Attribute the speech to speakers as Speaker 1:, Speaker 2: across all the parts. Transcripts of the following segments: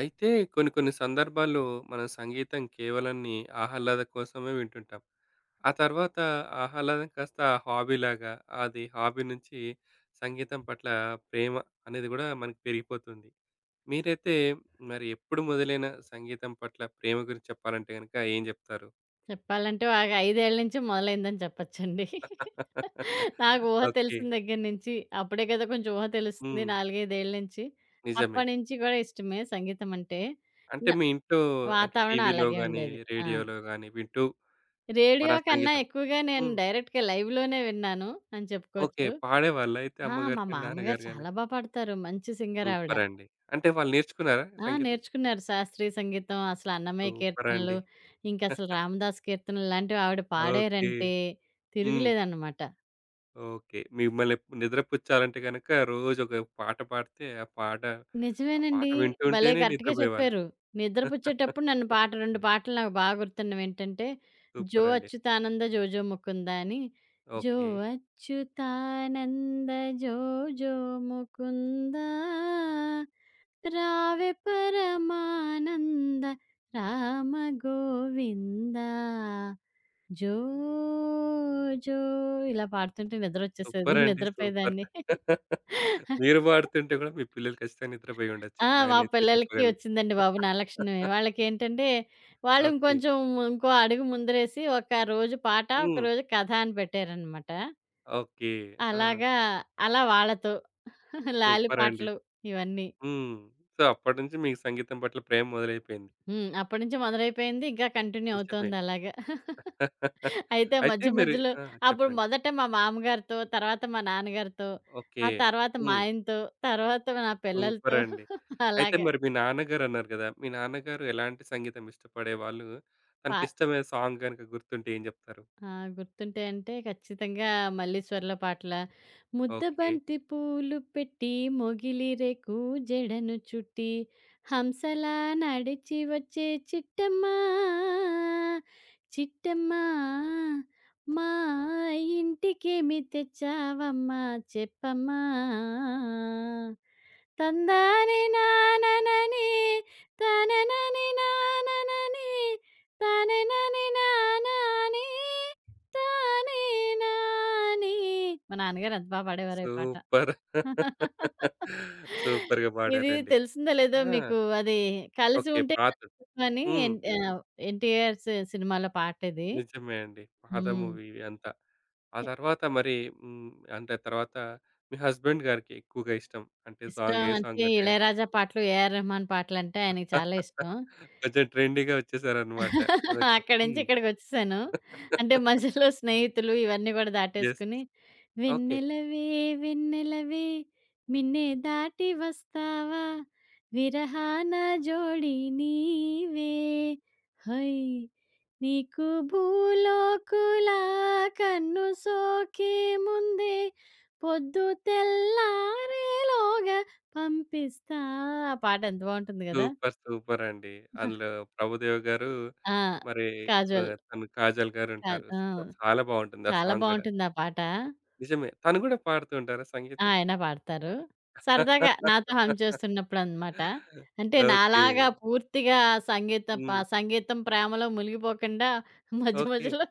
Speaker 1: అయితే కొన్ని కొన్ని సందర్భాల్లో మనం సంగీతం కేవలాన్ని ఆహ్లాదం కోసమే వింటుంటాం. ఆ తర్వాత ఆహ్లాదం కాస్త హాబీలాగా అది హాబీ నుంచి సంగీతం పట్ల ప్రేమ అనేది కూడా మనకి పెరిగిపోతుంది. మీరైతే మరి ఎప్పుడు మొదలైన సంగీతం పట్ల ప్రేమ గురించి చెప్పాలంటే గనుక ఏం జెప్తారు?
Speaker 2: చెప్పాలంటే బాగా 5 ఏళ్ల నుంచి మొదలైందని చెప్పొచ్చండి. నాకు ఊహ
Speaker 1: ఓకే.
Speaker 2: తెలిసిన దగ్గర నుంచి అప్పుడే కదా కొంచెం ఊహ తెలుస్తుంది
Speaker 1: హ్మ్.
Speaker 2: 4, 5 ఏళ్ల నుంచి.
Speaker 1: నిజమే.
Speaker 2: అప్పటినుంచి కూడా ఇష్టమే సంగీతం అంటే.
Speaker 1: అంటే
Speaker 2: న
Speaker 1: మీ ఇంట్లో అంటే
Speaker 2: వాతావరణం
Speaker 1: టీవీలో
Speaker 2: అలాగే
Speaker 1: గాని,
Speaker 2: ఉండేది. ఆ!
Speaker 1: రేడియోలో గాని వింటూ మరి
Speaker 2: రేడియో
Speaker 1: ఆ
Speaker 2: కన్నా
Speaker 1: సంగీతం
Speaker 2: ఎక్కువగా నేను
Speaker 1: హ్మ్.
Speaker 2: డైరెక్ట్‌గా లైవ్‌లోనే విన్నాను అని
Speaker 1: ఓకే.
Speaker 2: చెప్పుకోవచ్చు.
Speaker 1: పాడేవాళ్ళా అయితే అమ్మగారు
Speaker 2: మా
Speaker 1: గాని,
Speaker 2: మామ్మగారు
Speaker 1: నాన్నగారు గాని?
Speaker 2: చాలా బా పాడతారు. మంచి సింగర్ ఆవిడ.
Speaker 1: సూపరండి. అంటే వాళ్ళు నేర్చుకున్నారా సంగీతం?
Speaker 2: నేర్చుకున్నారు శాస్త్రీయ సంగీతం, అసలు అన్నమయ్య కీర్తనలు,
Speaker 1: సూపరండి.
Speaker 2: ఇంకసలు రామదాసు కీర్తనలు ఇలాంటివి ఆవిడ
Speaker 1: ఓకే.
Speaker 2: పాడారంటే
Speaker 1: హ్మ్.
Speaker 2: తిరుగులేదనమాట.
Speaker 1: ఓకే. మిమ్మల్ని నిద్రపుచ్చాలంటే గనక రోజు ఒక పాట పాడితే ఆ పాట
Speaker 2: నిజమేనండి. భలే
Speaker 1: వింటుంటేనే
Speaker 2: కరెక్ట్‌గా
Speaker 1: నిద్రపోయేవాళ్ళు.
Speaker 2: చెప్పారు. నిద్రపుచ్చేటప్పుడు నన్ను పాట 2 పాటలు నాకు బాగా గుర్తున్నవేంటంటే, 'జో
Speaker 1: సూపరండి.
Speaker 2: అచ్యుతానంద జోజో ముకుంద' అని 'జో
Speaker 1: ఓకే.
Speaker 2: అచ్యుతానంద జోజో ముకుంద, రావె పరమానంద రామ గోవింద, జో జో' ఇలా పాడుతుంటే నిద్రొచ్చేసేది.
Speaker 1: సూపరండి. సూపర్.
Speaker 2: నిద్రపోయేదాన్ని.
Speaker 1: మీరు పాడుతుంటే గూడా మీ పిల్లలు ఖచ్చితంగా నిద్రపోయి ఉండొచ్చు.
Speaker 2: మా
Speaker 1: నేనైతే
Speaker 2: పిల్లలకి
Speaker 1: చెప్పగలను.
Speaker 2: వచ్చిందండి బాబు నాగలక్ష్మి. వాళ్ళకేంటంటే, వాళ్ళు
Speaker 1: ఓకే.
Speaker 2: ఇంకొంచెం ఇంకో అడుగు ముందరేసి ఒక రోజు పాట,
Speaker 1: హ్మ్.
Speaker 2: ఒకరోజు కథ అని పెట్టారనమాట.
Speaker 1: ఓకే. ఆ!
Speaker 2: అలాగా అలా వాళ్ళతో లాలి
Speaker 1: సూపరండి.
Speaker 2: పాటలు ఇవన్నీ.
Speaker 1: హ్మ్. సో, అప్పటినుంచి మీకు సంగీతం పట్ల ప్రేమ మొదలైపోయింది.
Speaker 2: హ్మ్. అప్పటినుంచి మొదలైపోయింది. ఇంకా కంటిన్యూ
Speaker 1: నిజమే.
Speaker 2: అవుతోంది అలాగా. అయితే
Speaker 1: అయితే
Speaker 2: మధ్య
Speaker 1: మరి
Speaker 2: మధ్యలో
Speaker 1: ఆ!
Speaker 2: అప్పుడు
Speaker 1: చెప్పండి.
Speaker 2: మొదట మా మామగారితో, తర్వాత మా నాన్నగారితో,
Speaker 1: ఓకే.
Speaker 2: ఆ తర్వాత మా
Speaker 1: హ్మ్.
Speaker 2: ఆయనతో, తర్వాత నా పిల్లలతో
Speaker 1: సూపరండి. అయితే
Speaker 2: అలాగా
Speaker 1: మరి మీ నాన్నగారన్నారు గదా! మీ నాన్నగారు ఎలాంటి సంగీతం ఇష్టపడేవాళ్ళు?
Speaker 2: పా
Speaker 1: తనకిష్టమైన సాంగ్ గనుక గుర్తుంటే ఏం జెప్తారు?
Speaker 2: ఆ! గుర్తుంటాయంటే ఖచ్చితంగా మల్లీశ్వర్ల పాటల
Speaker 1: ఓకే.
Speaker 2: ముద్దబంతి పూలు పెట్టి మొగిలి రేకు జడను చుట్టి హంసలా నడిచి వచ్చే చిట్టమ్మ, చిట్టమ్మ మా ఇంటికేమి తెచ్చావమ్మా చెప్పమ్మా? తందాని నాననని తననని నాననని తనెనని నానాని తానే నాని. మా నాన్నగారు ఎంత బా పాడేవారో ఈ పాట.
Speaker 1: సూపర్. సూపర్‌గా
Speaker 2: ఇది
Speaker 1: పాడారండి.
Speaker 2: తెలిసిందో లేదో
Speaker 1: ఆ!
Speaker 2: మీకు అది 'కలిసి
Speaker 1: ఓకే.
Speaker 2: ఉంటే
Speaker 1: పాతది.
Speaker 2: కలిసి చెప్పు' అని
Speaker 1: హ్మ్.
Speaker 2: ఆహ్, ఎన్టీఆర్ సి సినిమాలో పాటిది.
Speaker 1: నిజమే అండి. పాత
Speaker 2: హ్మ్.
Speaker 1: మూవీ ఇవి అంతా. ఆ తర్వాత మరి హ్మ్. అంటే తర్వాత మీ హస్బెండ్ గారికి ఎక్కువగా ఇష్టం. అంటే సాంగ్
Speaker 2: ఇష్టం
Speaker 1: ఏ సాంగ్
Speaker 2: అంటే
Speaker 1: అంటే
Speaker 2: ఇళయరాజా పాటలు, ఏఆర్ రెహమాన్ పాటలంటే ఆయనకి చాలా ఇష్టం.
Speaker 1: కొంచెం ట్రెండీగా వచ్చేసారన్నమాట. కొంచెం
Speaker 2: అక్కడి నుంచి
Speaker 1: హ్మ్.
Speaker 2: ఇక్కడికొచ్చేసాను. అంటే మధ్యలో స్నేహితులు ఇవన్నీ గూడా
Speaker 1: యెస్.
Speaker 2: దాటేసుకొని,
Speaker 1: ఓకే.
Speaker 2: వెన్నెలవే వెన్నెలవే మిన్నే దాటి వస్తావా విరహాన జోడి నీవే హొయ్ నీకు భూలోకులా కన్ను సోకే ముందే పొద్దు తెల్లారేలోగా పంపిస్తా ఆ పాట ఎంత బావుంటుంది గదా!
Speaker 1: సూపర్! సూపర్ అండి. అందులో ప్రభుదేవ గారు
Speaker 2: ఆ!
Speaker 1: మరి
Speaker 2: కాజోల్.
Speaker 1: ఆహ్, తను కాజల్
Speaker 2: కా
Speaker 1: గారుంటారు.
Speaker 2: ఆ!
Speaker 1: సో, చాలా బావుంటుంది ఆ
Speaker 2: చాలా
Speaker 1: సాంగ్ గూడా.
Speaker 2: బావుంటుంది ఆ పాట.
Speaker 1: నిజమే. తను గూడా పాడుతూ ఉంటారా సంగీతం?
Speaker 2: ఆయన పాడతారు. సరదాగా నాతో హమ్ చేస్తున్నప్పుడనమాట. అంటే
Speaker 1: ఓకే.
Speaker 2: నాలాగా పూర్తిగా సంగీత ప
Speaker 1: హ్మ్.
Speaker 2: సంగీతం ప్రేమలో మునిగిపోకుండా మధ్య
Speaker 1: ఓకే.
Speaker 2: మధ్యలో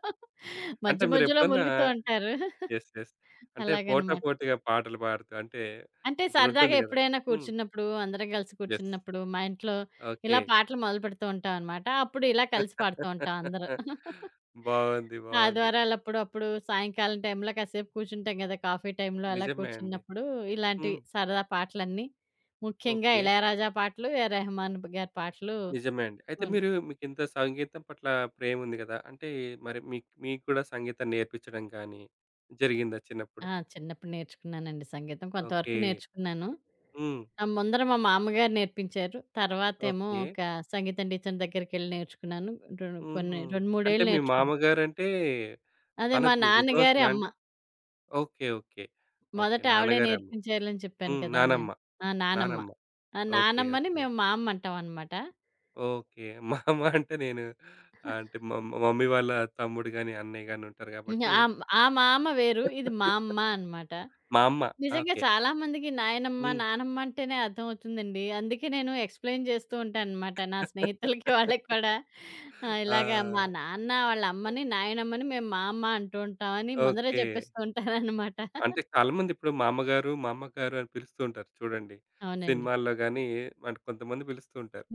Speaker 1: అంటే
Speaker 2: మధ్య మధ్యలో
Speaker 1: మీరెప్పుడన్నా
Speaker 2: ములుగుతూ ఉంటారు.
Speaker 1: యెస్. యెస్. అంటే పోటా
Speaker 2: అలాగనమాట.
Speaker 1: పోటీగా పాటలు పాడుతూ అంటే
Speaker 2: అంటే
Speaker 1: ఇప్పుడుంటుంది
Speaker 2: సరదాగా
Speaker 1: గదా!
Speaker 2: ఎప్పుడైనా
Speaker 1: హ్మ్.
Speaker 2: కూర్చున్నప్పుడు, అందరం కలిసి
Speaker 1: యెస్.
Speaker 2: కూర్చున్నప్పుడు, మా ఇంట్లో
Speaker 1: ఓకే.
Speaker 2: ఇలా పాటలు మొదలుపెడుతూ ఉంటామనమాట. అప్పుడు ఇలా కలిసి పాడుతూ ఉంటాం అందరూ.
Speaker 1: బావుంది. బావుంది.
Speaker 2: ఆదివారాలప్పుడు, అప్పుడు అప్పుడు సాయంకాలం టైంలో కాసేపు కూర్చుంటాం గదా! కాఫీ టైంలో అలా
Speaker 1: నిజమే అండి.
Speaker 2: కూర్చున్నప్పుడు, ఇలాంటి
Speaker 1: హ్మ్.
Speaker 2: సరదా పాటలన్నీ, ముఖ్యంగా
Speaker 1: ఓకే.
Speaker 2: ఇళయరాజా పాటలు, ఏ రెహమాన్ గారి పాటలు
Speaker 1: నిజమే అండి. అయితే
Speaker 2: ఉన్
Speaker 1: మీరు మీకింత సంగీతం పట్ల ప్రేముంది గదా! అంటే మరి మీకు మీకు గూడా సంగీతం నేర్పించడం గానీ జరిగిందా చిన్నప్పుడు?
Speaker 2: చిన్నప్పుడు నేర్చుకున్నానండి సంగీతం.
Speaker 1: ఓకే.
Speaker 2: కొంతవరకు నేర్చుకున్నాను.
Speaker 1: హ్మ్.
Speaker 2: ముందర మా మామ్మగారు నేర్పించారు. తర్వాతేమో
Speaker 1: ఓకే.
Speaker 2: ఒక సంగీతం టీచర్ దగ్గరికెళ్ళి నేర్చుకున్నాను. కొన్ని
Speaker 1: హుహు.
Speaker 2: 2, 3
Speaker 1: అంటే
Speaker 2: ఏళ్ళు
Speaker 1: మీ
Speaker 2: నేర్చుకున్నా.
Speaker 1: మామగారంటే
Speaker 2: అదే మా
Speaker 1: తనకు
Speaker 2: నాన్నగారి
Speaker 1: విద్వాంసులా
Speaker 2: అమ్మ.
Speaker 1: అండి? ఓకే. ఓకే. ఓకే.
Speaker 2: మొదట ఆవిడే
Speaker 1: నాన్నగారేమో
Speaker 2: నేర్పించారని చెప్పాను
Speaker 1: హ్మ్.
Speaker 2: కదా! నేను.
Speaker 1: నానమ్మ.
Speaker 2: నానమ్మ.
Speaker 1: నానమ్మ.
Speaker 2: ఆ
Speaker 1: ఓకే.
Speaker 2: నానమ్మని
Speaker 1: ఓకే.
Speaker 2: మేము మా అమ్మ అంటామనమాట.
Speaker 1: ఓకే. మామ అంటే నేను ఆహ్, అంటే మా మా మమ్మీ వాళ్ళ తమ్ముడు గాని, అన్నయ్య గాని ఉంటారు
Speaker 2: హ్మ్.
Speaker 1: కాబట్టి
Speaker 2: ఆ మామ వేరు. ఇది మా అమ్మ అనమాట.
Speaker 1: మా అమ్మ.
Speaker 2: నిజంగా
Speaker 1: ఓకే.
Speaker 2: చాలా మందికి నాయనమ్మ,
Speaker 1: హ్మ్.
Speaker 2: నానమ్మ అంటేనే అర్థమవుతుందండి. అందుకే నేను ఎక్స్‌ప్లెయిన్ చేస్తూ ఉంటాననమాట. నా స్నేహితులకి వాళ్ళకి కూడా
Speaker 1: ఆ!
Speaker 2: ఇలాగా మా నాన్న వాళ్ళ అమ్మని, నాయనమ్మని మేము మా అమ్మ అంటూ ఉంటామని ముందరే
Speaker 1: ఓకే.
Speaker 2: చెప్పేస్తూ ఉంటాననమాట.
Speaker 1: అంటే చాలామంది ఇప్పుడు మా అమ్మగారు, మా అమ్మగారు అని పిలుస్తూ ఉంటారు చూడండి.
Speaker 2: అవునండి.
Speaker 1: సినిమాల్లో గాని అంటే కొంతమంది పిలుస్తూ ఉంటారు.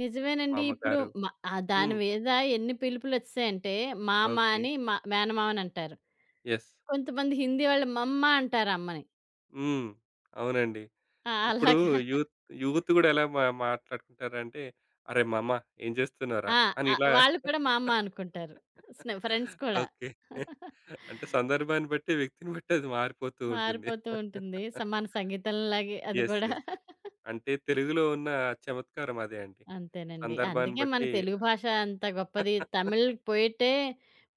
Speaker 1: మా
Speaker 2: నిజమేనండి. ఇప్పుడు
Speaker 1: అమ్మగారు.
Speaker 2: మ దాని
Speaker 1: హ్మ్.
Speaker 2: మీద ఎన్ని పిలుపులొచ్చేసాయంటే మామ
Speaker 1: ఓకే.
Speaker 2: అని మా మేనమామనంటారు.
Speaker 1: యెస్.
Speaker 2: కొంతమంది హిందీ వాళ్ళు మమ్మ అంటారు అమ్మని.
Speaker 1: హ్మ్. అవునండి. ఇప్పుడు
Speaker 2: అలాగా.
Speaker 1: యూత్ యూత్ గూడా ఎలా మా మాట్లాడుకుంటారంటే, "అరే! మామ ఏం జేస్తున్నావురా?"
Speaker 2: ఆ!
Speaker 1: అని ఇలా
Speaker 2: వాళ్ళు కూడా మా అమ్మ అనుకుంటారు. ఫ్రెండ్స్ కూడా.
Speaker 1: ఓకే. అంటే సందర్భాన్ని బట్టి, వ్యక్తిని బట్టి అది మారిపోతూ ఉంటుంది.
Speaker 2: మారిపోతూ ఉంటుంది. మన సంగీతంలాగే అది
Speaker 1: యెస్.
Speaker 2: కూడా.
Speaker 1: యెస్. అంటే తెలుగులో ఉన్న చమత్కారం అదే అండి.
Speaker 2: అంతేనండి.
Speaker 1: సందర్భాన్ని
Speaker 2: అందుకే మన
Speaker 1: బట్టి
Speaker 2: తెలుగు భాష అంత గొప్పది. తమిళ్ పోయిట్టే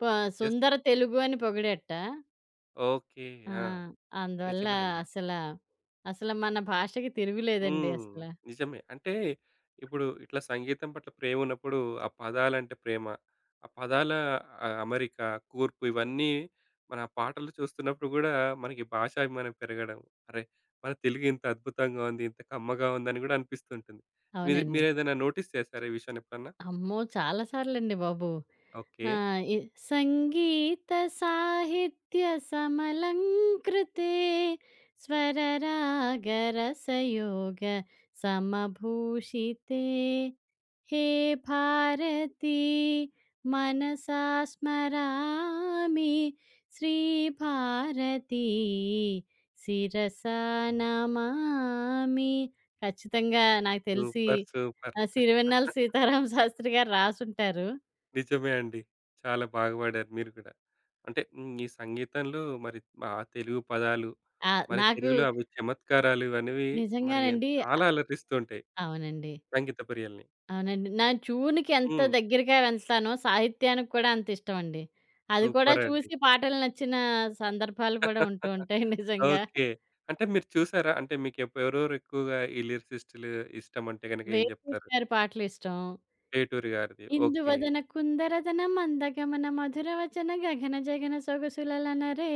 Speaker 2: ప
Speaker 1: యెస్.
Speaker 2: సుందర తెలుగు అని పొగిడేట్ట.
Speaker 1: ఓకే.
Speaker 2: ఆ!
Speaker 1: ఆ!
Speaker 2: అందువల్ల
Speaker 1: నిజమే అండి.
Speaker 2: అసల, అసల మన భాషకి తిరుగులేదండి
Speaker 1: హ్మ్.
Speaker 2: అసల.
Speaker 1: నిజమే. అంటే ఇప్పుడు ఇట్లా సంగీతం పట్ల ప్రేమ ఉన్నప్పుడు, ఆ పదాలంటే ప్రేమ, ఆ పదాల ఆహ్, అమరిక, కూర్పు ఇవన్నీ మన ఆ పాటలు చూస్తున్నప్పుడు గూడా మనకి భాషాభిమానం పెరగడం. అరే! మన తెలుగు ఇంత అద్భుతంగా ఉంది. ఇంత కమ్మగా ఉందని గూడా అనిపిస్తుంటుంది. మీది
Speaker 2: అవునండి.
Speaker 1: మీరేదైనా నోటీస్ చేశారా ఈ విషయాన్ని ఎప్పుడన్నా?
Speaker 2: అమ్మో! చాలా సార్లండి బాబు.
Speaker 1: ఓకే.
Speaker 2: ఆహ్, ఇ సంగీత సాహిత్య సమలంకృతే స్వరరాగరసయోగ సమభూషితే. హే భారతి మనసా స్మరామి శ్రీభారతి శిరసా నమామి. ఖచ్చితంగా నాకు తెలిసి
Speaker 1: సూపర్. సూపర్.
Speaker 2: 'సిరివెన్నెల సీతారామ శాస్త్రి' గారు రాసుంటారు.
Speaker 1: నిజమే అండి. చాలా బాగా పాడారు మీరు కూడా. అంటే హ్మ్. ఈ సంగీతంలో మరి ఆ తెలుగు పదాలు,
Speaker 2: ఆ!
Speaker 1: మరి
Speaker 2: నాకు
Speaker 1: తెలుగులో అవి చమత్కారాలు అనేవి మరి
Speaker 2: నిజంగానండి
Speaker 1: చాలా అలరిస్తూ ఉంటాయి
Speaker 2: అవునండి.
Speaker 1: సంగీత ప్రియుల్ని.
Speaker 2: అవునండి. నా ట్యూన్‌కి ఎంత
Speaker 1: హ్మ్.
Speaker 2: దగ్గరగా వెళ్తానో సాహిత్యానికి కూడా అంత ఇష్టమండి. అది కూడా
Speaker 1: సూపరండి.
Speaker 2: చూసి పాటలు నచ్చిన సందర్భాలు కూడా ఉంటూ ఉంటాయి నిజంగా.
Speaker 1: ఓకే. అంటే మీరు చూసారా? అంటే మీకు ఎవరెవరు ఎక్కువగా ఈ లిరిసిస్టులు ఇష్టమంటే గనక ఏం
Speaker 2: వేటూరి
Speaker 1: చెప్తారు?
Speaker 2: గారి పాటలిష్టం.
Speaker 1: 'వేటూరి' గారిది. ఓకే.
Speaker 2: ఇందువదన కుందరదన మందగమన మధుర వచన గగన జగన సొగసులలనరే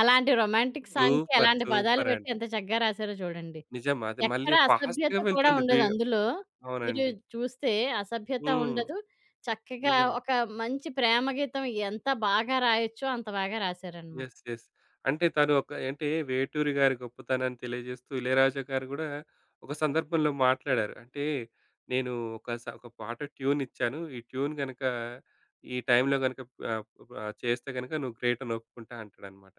Speaker 2: అలాంటి రొమాంటిక్ సాంగ్‌కి
Speaker 1: సూపర్.
Speaker 2: ఎలాంటి పదాలు పెట్టి
Speaker 1: సూపరండి.
Speaker 2: ఎంత చక్కగా రాసారో చూడండి.
Speaker 1: నిజం. అది
Speaker 2: ఎక్కడ
Speaker 1: మళ్ళీ
Speaker 2: అసభ్యత
Speaker 1: ఫాస్ట్‌గా
Speaker 2: కూడా
Speaker 1: వెళ్తుంది
Speaker 2: ఉండదు అందులో. మీరు
Speaker 1: అవునండి.
Speaker 2: చూస్తే అసభ్యత
Speaker 1: హ్మ్.
Speaker 2: ఉండదు. చక్కగా
Speaker 1: నిజమే.
Speaker 2: ఒక మంచి ప్రేమ గీతం ఎంత బాగా రాయొచ్చో అంత బాగా రాశారనమాట.
Speaker 1: యెస్. యెస్. అంటే తను ఒక అంటే వేటూరి గారి గొప్పతనాన్ని తెలియజేస్తూ ఇళయరాజా గారు గూడా ఒక సందర్భంలో మాట్లాడారు. అంటే నేను ఒక పాట ట్యూన్ ఇచ్చాను. ఈ ట్యూన్ గనక ఈ టైంలో గనక ఆహ్, ఆహ్, చేస్తే గనక నువ్వు గ్రేట్ అని ఒప్పుకుంటా అంటాడనమాట.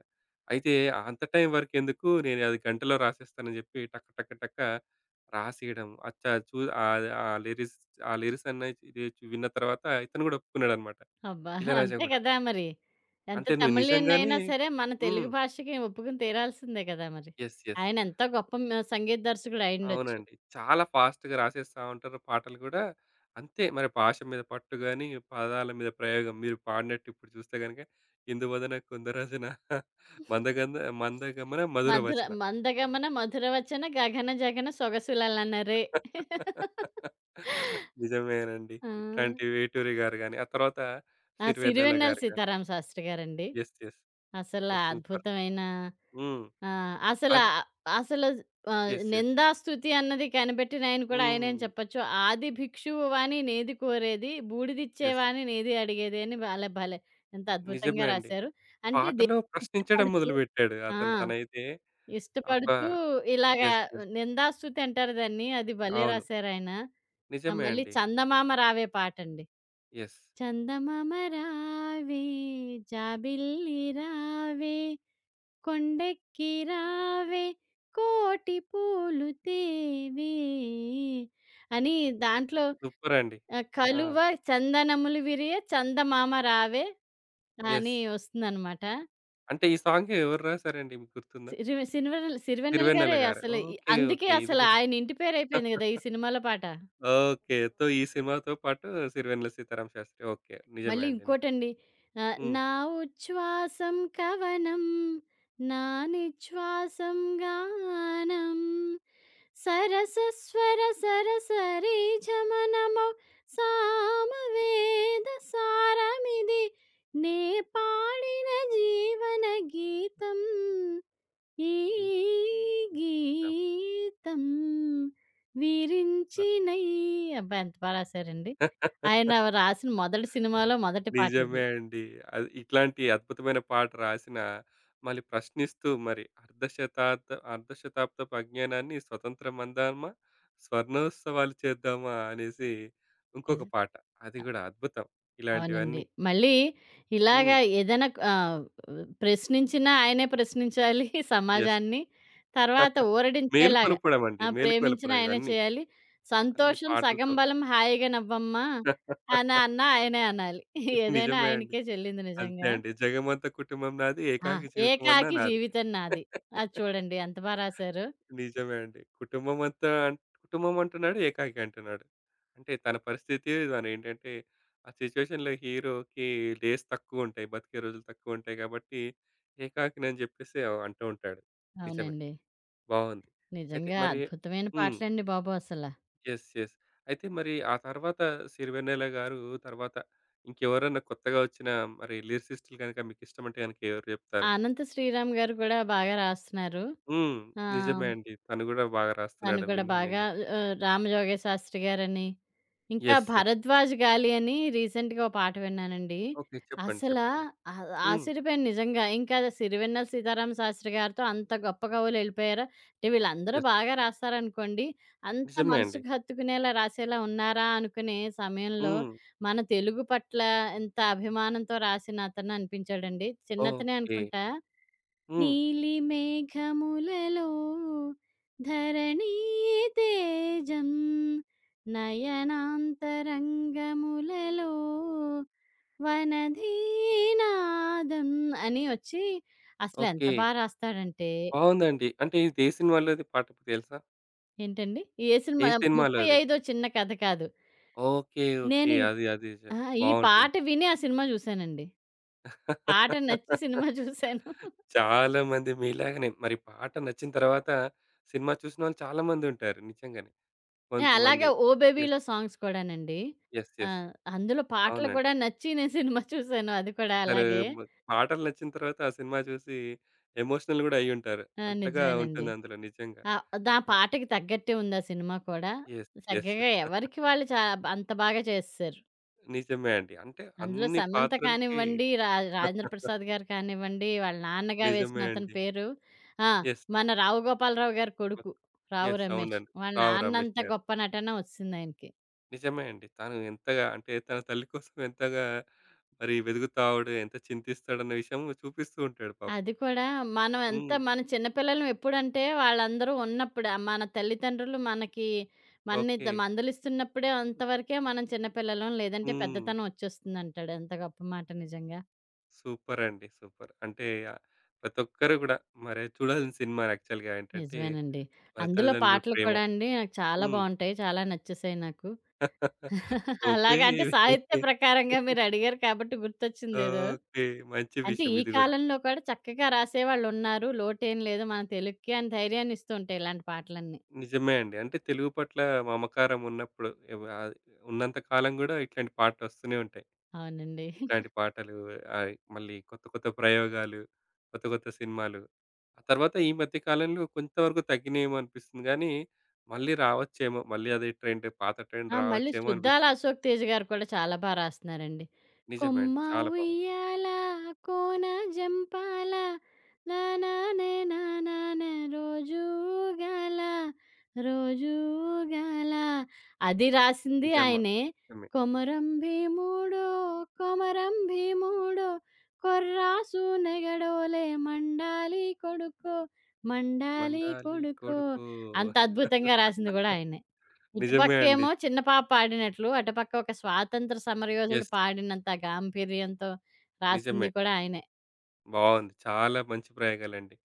Speaker 1: అయితే అంత టైం వరకెందుకు నేను అది గంటలో రాసేస్తానని జెప్పి టక టక టక రాసేయడం. అచ్చ చూ ఆహ్, ఆ లిరిక్స్ అన్నయి విన్న తర్వాత ఇతను గూడా ఒప్పుకున్నాడనమాట.
Speaker 2: అబ్బా!
Speaker 1: ఇళయరాజా
Speaker 2: అంతే
Speaker 1: గూడా.
Speaker 2: కదా మరి. ఎంత
Speaker 1: అంటే నువ్వు
Speaker 2: తమిళియన్
Speaker 1: నిజంగానే
Speaker 2: అయినా సరే మన
Speaker 1: హ్మ్.
Speaker 2: తెలుగు భాషకి ఒప్పుకొని తీరాల్సిందే కదా మరి.
Speaker 1: యెస్. యెస్.
Speaker 2: ఆయన ఎంత గొప్ప సంగీత దర్శకుడు అయ్యుండొచ్చు.
Speaker 1: అవునండి. చాలా ఫాస్ట్‌గా రాసేస్తా ఉంటారు పాటలు గూడా. అంతే మరి భాష మీద పట్టు గాని, పదాల మీద ప్రయోగం మీరు పాడినట్టు ఇప్పుడు చూస్తే గనుక ఇందువదన కుందరచన మందగంధ మందగమన మధుర
Speaker 2: మధుర
Speaker 1: వచన.
Speaker 2: మందగమన మధురవచన గగన జగన సొగసులలనరే.
Speaker 1: నిజమేనండి.
Speaker 2: ఆ!
Speaker 1: ఇట్లాంటి వేటూరి గారు గాని, ఆ తర్వాత
Speaker 2: ఆ!
Speaker 1: సిరివెన్నెల
Speaker 2: సిరివెన్నెల
Speaker 1: గారు గాని.
Speaker 2: సీతారామ శాస్త్రి గారండి.
Speaker 1: యెస్. యెస్.
Speaker 2: అసల
Speaker 1: ఓహ్! సూపర్.
Speaker 2: అద్భుతమైన
Speaker 1: హ్మ్.
Speaker 2: ఆహ్, అసల
Speaker 1: అది
Speaker 2: అసలు ఆహ్,
Speaker 1: యెస్. యెస్.
Speaker 2: నిందా స్తుతి అన్నది కనిపెట్టిన ఆయన కూడా ఆయనే అని
Speaker 1: హ్మ్.
Speaker 2: చెప్పొచ్చు. ఆది భిక్షువు వాని నేది కోరేది,
Speaker 1: యెస్.
Speaker 2: బూడిదిచ్చేవాని నేది అడిగేది అని భలే భలే ఎంత
Speaker 1: నిజమే
Speaker 2: అద్భుతంగా
Speaker 1: అండి.
Speaker 2: రాశారు. అంటే
Speaker 1: పాటలో
Speaker 2: దేవుడికి
Speaker 1: ప్రశ్నించడం
Speaker 2: ఇష్టపడుతూ
Speaker 1: మొదలుపెట్టాడు.
Speaker 2: ఆ!
Speaker 1: అతను తనైతే ఒక
Speaker 2: ఇష్టపడుతూ ఇలాగా
Speaker 1: యెస్. యెస్.
Speaker 2: నిందాస్తుతి అంటారు దాన్ని. అది భలే
Speaker 1: అవును.
Speaker 2: రాశారాయన.
Speaker 1: నిజమే
Speaker 2: మళ్ళీ
Speaker 1: అండి.
Speaker 2: 'చందమామ రావే' పాటండి.
Speaker 1: యెస్.
Speaker 2: చందమామ రావే జాబిల్లి రావే కొండెక్కి రావే కోటి పూలు తేవే అని దాంట్లో
Speaker 1: సూపరండి. ఆ!
Speaker 2: 'కలువ చందనములు విరియ చందమామ రావే'
Speaker 1: యెస్.
Speaker 2: అని వస్తుందనమాట.
Speaker 1: అంటే ఈ సాంగ్ ఎవరు రాసారండి మీకు గుర్తుందా?
Speaker 2: సిరివెన్నెల
Speaker 1: సిరివెన్నెల
Speaker 2: గారే
Speaker 1: గారు.
Speaker 2: అసలు ఈ
Speaker 1: ఓకే.
Speaker 2: అందుకే
Speaker 1: ఓకే. ఇది
Speaker 2: అసలు
Speaker 1: గూడా.
Speaker 2: ఆయన ఇంటి పేరు అయిపోయింది గదా! ఈ సినిమాలో పాట.
Speaker 1: ఓకే. తో ఈ సినిమాతో పాటు సిరివెన్నెల సీతారామ శాస్త్రి. ఓకే. నిజమే
Speaker 2: మళ్ళీ
Speaker 1: అండి. నిజమే.
Speaker 2: ఇంకోటండి
Speaker 1: హ్మ్.
Speaker 2: 'నా ఉచ్ఛ్వాసం కవనం నా నిశ్వాసం గానం.' సరసస్వర సరసరీ జమనమౌ సామవేద సారమిది నే పాడిన జీవన గీతం ఈ
Speaker 1: హ్మ్. హ్మ్.
Speaker 2: గీతం
Speaker 1: అవును.
Speaker 2: విరించిన ఈ అబ్బా! ఎంత బా రాశారండి. ఆయన రాసిన మొదటి సినిమాలో మొదటి పాట ఇది.
Speaker 1: నిజమే అండి. అది ఇట్లాంటి అద్భుతమైన పాట రాసిన, మళ్ళీ ప్రశ్నిస్తూ మరి అర్ధశతాబ్దపు అజ్ఞానాన్ని స్వతంత్రమందామా, స్వర్ణోత్సవాలు చేద్దామా అనేసి ఇంకొక
Speaker 2: నిజం.
Speaker 1: పాట. అది గూడా అద్భుతం.
Speaker 2: అవునండి.
Speaker 1: ఇలాంటివన్నీ.
Speaker 2: మళ్ళీ ఇలాగా
Speaker 1: హ్మ్.
Speaker 2: ఏదైనా ప్రశ్నించినా ఆయనే ప్రశ్నించాలి
Speaker 1: యెస్.
Speaker 2: సమాజాన్ని. తర్వాత ఊరడించేలాగా
Speaker 1: మేలుకొలుపడం అండి.
Speaker 2: ప్రేమించిన
Speaker 1: మేలుకొలపడం
Speaker 2: ఆయనే
Speaker 1: ఇవన్నీ.
Speaker 2: చేయాలి.
Speaker 1: అన్ని
Speaker 2: సంతోషం సగం
Speaker 1: పాటలతో.
Speaker 2: బలం హాయిగా నవ్వమ్మా అని అన్నా ఆయనే అనాలి. ఏదైనా
Speaker 1: నిజమే అండి.
Speaker 2: ఆయనకే చెల్లింది
Speaker 1: అంతే
Speaker 2: నిజంగా.
Speaker 1: అండి. జగమంత కుటుంబం నాది,
Speaker 2: ఆ!
Speaker 1: ఏకాకి జీవితం అన్నా
Speaker 2: ఏకాకి
Speaker 1: నాదే.
Speaker 2: జీవితం నాది. అది చూడండి ఎంత బా రాశారు.
Speaker 1: నిజమే అండి. కుటుంబం అంటున్నాడు, ఏకాకి అంటున్నాడు. అంటే తన పరిస్థితి తనేంటంటే, ఆ సిట్యుయేషన్‌లో హీరోకి డేస్ తక్కువుంటాయి. బతికే రోజులు తక్కువుంటాయి కాబట్టి, ఏకాకినని జెప్పేసి అంటూ ఉంటాడు. నిజమే.
Speaker 2: అవునండి.
Speaker 1: బావుంది. అయితే
Speaker 2: నిజంగా
Speaker 1: మరి
Speaker 2: అద్భుతమైన
Speaker 1: హ్మ్.
Speaker 2: పాటలండి బాబు అసల.
Speaker 1: యెస్. యెస్. అయితే మరి ఆ తర్వాత సిరివెన్నెల గారు తర్వాత ఇంకెవరన్నా కొత్తగా వచ్చిన మరి లిరిసిస్టులు గనక మీకిష్టమంటే గనక ఎవరు
Speaker 2: ఆ
Speaker 1: జెప్తారు?
Speaker 2: 'అనంత శ్రీరామ్' గారు కూడా బాగా రాస్తున్నారు.
Speaker 1: హ్మ్.
Speaker 2: ఆ!
Speaker 1: నిజమే అండి. తను గూడా బాగా
Speaker 2: తను
Speaker 1: రాస్తున్నాడని
Speaker 2: కూడా
Speaker 1: విన్నాను నేను
Speaker 2: బాగా
Speaker 1: గూడా.
Speaker 2: ఆహ్, 'రామజోగయ్య శాస్త్రి' గారని, ఇంకా
Speaker 1: యెస్. యెస్.
Speaker 2: 'భరద్వాజ్ గాలి' అని రీసెంట్‌గా ఓ పాట విన్నానండి.
Speaker 1: ఓకే. చెప్పండి.
Speaker 2: అసలా
Speaker 1: చెప్పండి.
Speaker 2: ఆ
Speaker 1: హ్మ్.
Speaker 2: ఆశ్చర్యపోయాను నిజంగా. ఇంకా 'సిరివెన్నెల సీతారామ శాస్త్రి' గారితో అంత గొప్ప కవులు ఎళ్ళిపోయారా? అంటే వీళ్ళందరూ
Speaker 1: యెస్.
Speaker 2: బాగా రాస్తారనుకోండి. అంత
Speaker 1: నిజమే అండి.
Speaker 2: మనసుకు హత్తుకునేలా రాసేలా ఉన్నారా? అనుకునే సమయంలో
Speaker 1: హ్మ్.
Speaker 2: మన తెలుగు పట్ల ఎంత అభిమానంతో రాసిన అతను అనిపించాడండి. చిన్నతనే
Speaker 1: ఓకే.
Speaker 2: అనుకుంటా.
Speaker 1: హ్మ్.
Speaker 2: నీలి మేఘములలో ధరణీ తేజం నయనాంతరంగములలో వనధీనాదం అని వచ్చి అసలు ఎంత
Speaker 1: ఓకే.
Speaker 2: బా రాస్తాడంటే
Speaker 1: బావుందండి. అంటే ఇది ఏ సినిమాలోది పాట మీకు తెలుసా?
Speaker 2: ఏంటండి? ఏ సినిమా
Speaker 1: ఏ సినిమాలోది?
Speaker 2: 35 చిన్న కథ కాదు.
Speaker 1: ఓకే. ఓకే.
Speaker 2: నేను ఈ
Speaker 1: అది అది జ
Speaker 2: ఆ! ఈ పాట
Speaker 1: బావుంటుంది.
Speaker 2: విని ఆ సినిమా జూసానండి. పాట నచ్చి సినిమా జూసాను.
Speaker 1: చాలా మంది మీలాగానే మరి పాట నచ్చిన తర్వాత సినిమా చూసినోళ్ళు చాలా మందుంటారు నిజంగానే.
Speaker 2: అలాగే
Speaker 1: కొంతమంది.
Speaker 2: 'ఓ బేబీలో'
Speaker 1: యెస్.
Speaker 2: సాంగ్స్ కూడానండి.
Speaker 1: యెస్.
Speaker 2: ఆ!
Speaker 1: యెస్.
Speaker 2: అందులో పాటలు
Speaker 1: అవునండి.
Speaker 2: కూడా నచ్చి నేను సినిమా చూసాను. అది కూడా
Speaker 1: అసలు
Speaker 2: అలాగే.
Speaker 1: మ పాటలు నచ్చిన తర్వాత ఆ సినిమా చూసి ఎమోషనల్ గూడా అయ్యుంటారు. అంతగా
Speaker 2: నిజమేనండి.
Speaker 1: ఉంటుంది అందులో నిజంగా.
Speaker 2: దా
Speaker 1: అ
Speaker 2: పాటకి తగ్గట్టే ఉంది ఆ సినిమా కూడా.
Speaker 1: యెస్. యెస్.
Speaker 2: చక్కగా ఎవరికి వాళ్ళు అంత బాగా చేసేశారు.
Speaker 1: నిజమే అండి. అంటే
Speaker 2: అందులో
Speaker 1: అన్ని
Speaker 2: సమంత
Speaker 1: పాత్రలకి
Speaker 2: కానివ్వండి, రాజేంద్ర ప్రసాద్ గారు కానివ్వండి, వాళ్ళ నాన్నగా
Speaker 1: నిజమే
Speaker 2: వేసిన అతని
Speaker 1: అండి.
Speaker 2: పేరు ఆ!
Speaker 1: యెస్.
Speaker 2: మన రావు గోపాలరావు గారి కొడుకు, రావు
Speaker 1: యెస్.
Speaker 2: రమేష్.
Speaker 1: అవునండి.
Speaker 2: వాళ్ళ
Speaker 1: రావు రమేష్
Speaker 2: నాన్నంత
Speaker 1: గారు.
Speaker 2: గొప్ప నటన ఒచ్చేసిందాయనకి.
Speaker 1: నిజమే అండి. తను ఎంతగా అంటే తన తల్లి కోసం ఎంతగా మరి వెదుగుతావుడు, ఎంత చింతిస్తాడన్న విషయం చూపిస్తూ ఉంటాడు పాపం.
Speaker 2: అది కూడా మనం ఎంత
Speaker 1: హ్మ్.
Speaker 2: మన చిన్నపిల్లలం ఎప్పుడంటే వాళ్ళందరూ ఉన్నప్పుడు ఆ మన తల్లిదండ్రులు మనకి మనని
Speaker 1: ఓకే.
Speaker 2: మందలిస్తున్నప్పుడే అంతవరకే మనం చిన్నపిల్లలం లేదంటే
Speaker 1: హ్మ్.
Speaker 2: పెద్దతనం వచ్చేస్తుంది అంటాడు ఎంత గొప్ప మాట నిజంగా
Speaker 1: సూపర్ అండి. సూపర్. అంటే ఆహ్, ప్రతి ఒక్కరు గూడా మరి చూడాల్సిన సినిమా యాక్చువల్‌గా ఏంటంటే,
Speaker 2: నిజమేనండి
Speaker 1: మరి
Speaker 2: అందులో
Speaker 1: తల్లిదండ్రుల
Speaker 2: పాటలు
Speaker 1: ప్రేమ.
Speaker 2: కూడా అండి నాకు చాలా
Speaker 1: హ్మ్.
Speaker 2: బాగుంటాయి చాలా నచ్చేసాయి నాకు
Speaker 1: ఓహ్!
Speaker 2: అలాగా
Speaker 1: బేబీ
Speaker 2: అంటే సాహిత్య ప్రకారంగా మీరు అడిగారు కాబట్టి గుర్తొచ్చింది ఏదో
Speaker 1: ఓకే. మంచి
Speaker 2: అంటే
Speaker 1: విషయం
Speaker 2: ఈ
Speaker 1: ఇది గూడా.
Speaker 2: కాలంలో కూడా చక్కగా రాసేవాళ్ళు ఉన్నారు లోటేం లేదు మన తెలుగుకి అని ధైర్యాన్ని ఇస్తూ ఉంటాయి ఇలాంటి పాటలన్నీ
Speaker 1: నిజమే అండి. అంటే తెలుగు పట్ల మమకారం ఉన్నప్పుడు ఆహ్, ఉన్నంత కాలం గూడా ఇట్లాంటి పాటలొస్తూనే ఉంటాయి.
Speaker 2: అవునండి
Speaker 1: ఇట్లాంటి పాటలు ఆహ్, మళ్ళీ కొత్త కొత్త ప్రయోగాలు, కొత్త కొత్త సినిమాలు. ఆ తర్వాత ఈ మధ్య కాలంలో కొంతవరకు తగ్గినాయేమో అనిపిస్తుంది గానీ, మళ్ళీ రావచ్చేమో. మళ్ళీ అదే పాత ట్రెండ్
Speaker 2: మళ్ళీ
Speaker 1: రావచ్చేమో
Speaker 2: 'శుద్ధాల
Speaker 1: అనిపిస్తుంది.
Speaker 2: అశోక్ తేజ' గారు కూడా చాలా బా రాస్తున్నారండి.
Speaker 1: నిజమే
Speaker 2: కొమ్మ
Speaker 1: అండి. చాలా బాగుంది.
Speaker 2: ఉయ్యాల కోన జంపాల నానానే నానానే రోజు ఊగాల రోజు ఊగాల. అది రాసింది
Speaker 1: నిజమా
Speaker 2: ఆయనే.
Speaker 1: నిజమే.
Speaker 2: కొమరం భీముడో కొమరం భీముడో కొర్రాసు నెగడోలే మండాలి కొడుకో మండాలి
Speaker 1: మండాలి
Speaker 2: కొడుకో
Speaker 1: కొడుకో
Speaker 2: అంత అద్భుతంగా రాసింది గూడా ఆయనే.
Speaker 1: నిజమే అండి.
Speaker 2: ఇటుపక్కేమో చిన్న పాప పాడినట్లు, అటుపక్క ఒక స్వాతంత్ర సమరయోధుడు
Speaker 1: యెస్.
Speaker 2: పాడినంత గాంభీర్యంతో
Speaker 1: నిజమే.
Speaker 2: రాసింది కూడా ఆయనే.
Speaker 1: బావుంది. చాలా మంచి ప్రయోగాలండి.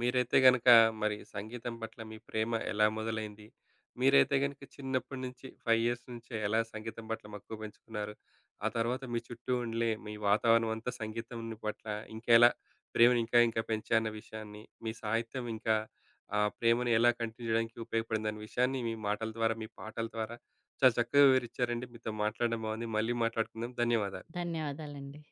Speaker 1: మీరైతే గనుక మరి సంగీతం పట్ల మీ ప్రేమ ఎలా మొదలైంది? మీరైతే గనుక చిన్నప్పటి నుంచి 5 ఇయర్స్ నుంచే ఎలా సంగీతం పట్ల మక్కువ పెంచుకున్నారు? ఆ తర్వాత మీ చుట్టూ ఉండే మీ వాతావరణం అంతా సంగీతం పట్ల ఇంకా ఎలా ప్రేమను ఇంకా ఇంకా పెంచాయి అన్న విషయాన్ని, మీ సాహిత్యం ఇంకా ఆ ప్రేమను ఎలా కంటిన్యూ చేయడానికి ఉపయోగపడిందన్న విషయాన్ని మీ మాటల ద్వారా, మీ పాటల ద్వారా చాలా చక్కగా వివరించారండి. మీతో మాట్లాడడం బాగుంది. మళ్ళీ మాట్లాడుకుందాం. ధన్యవాదాలు.
Speaker 2: ధన్యవాదాలండి.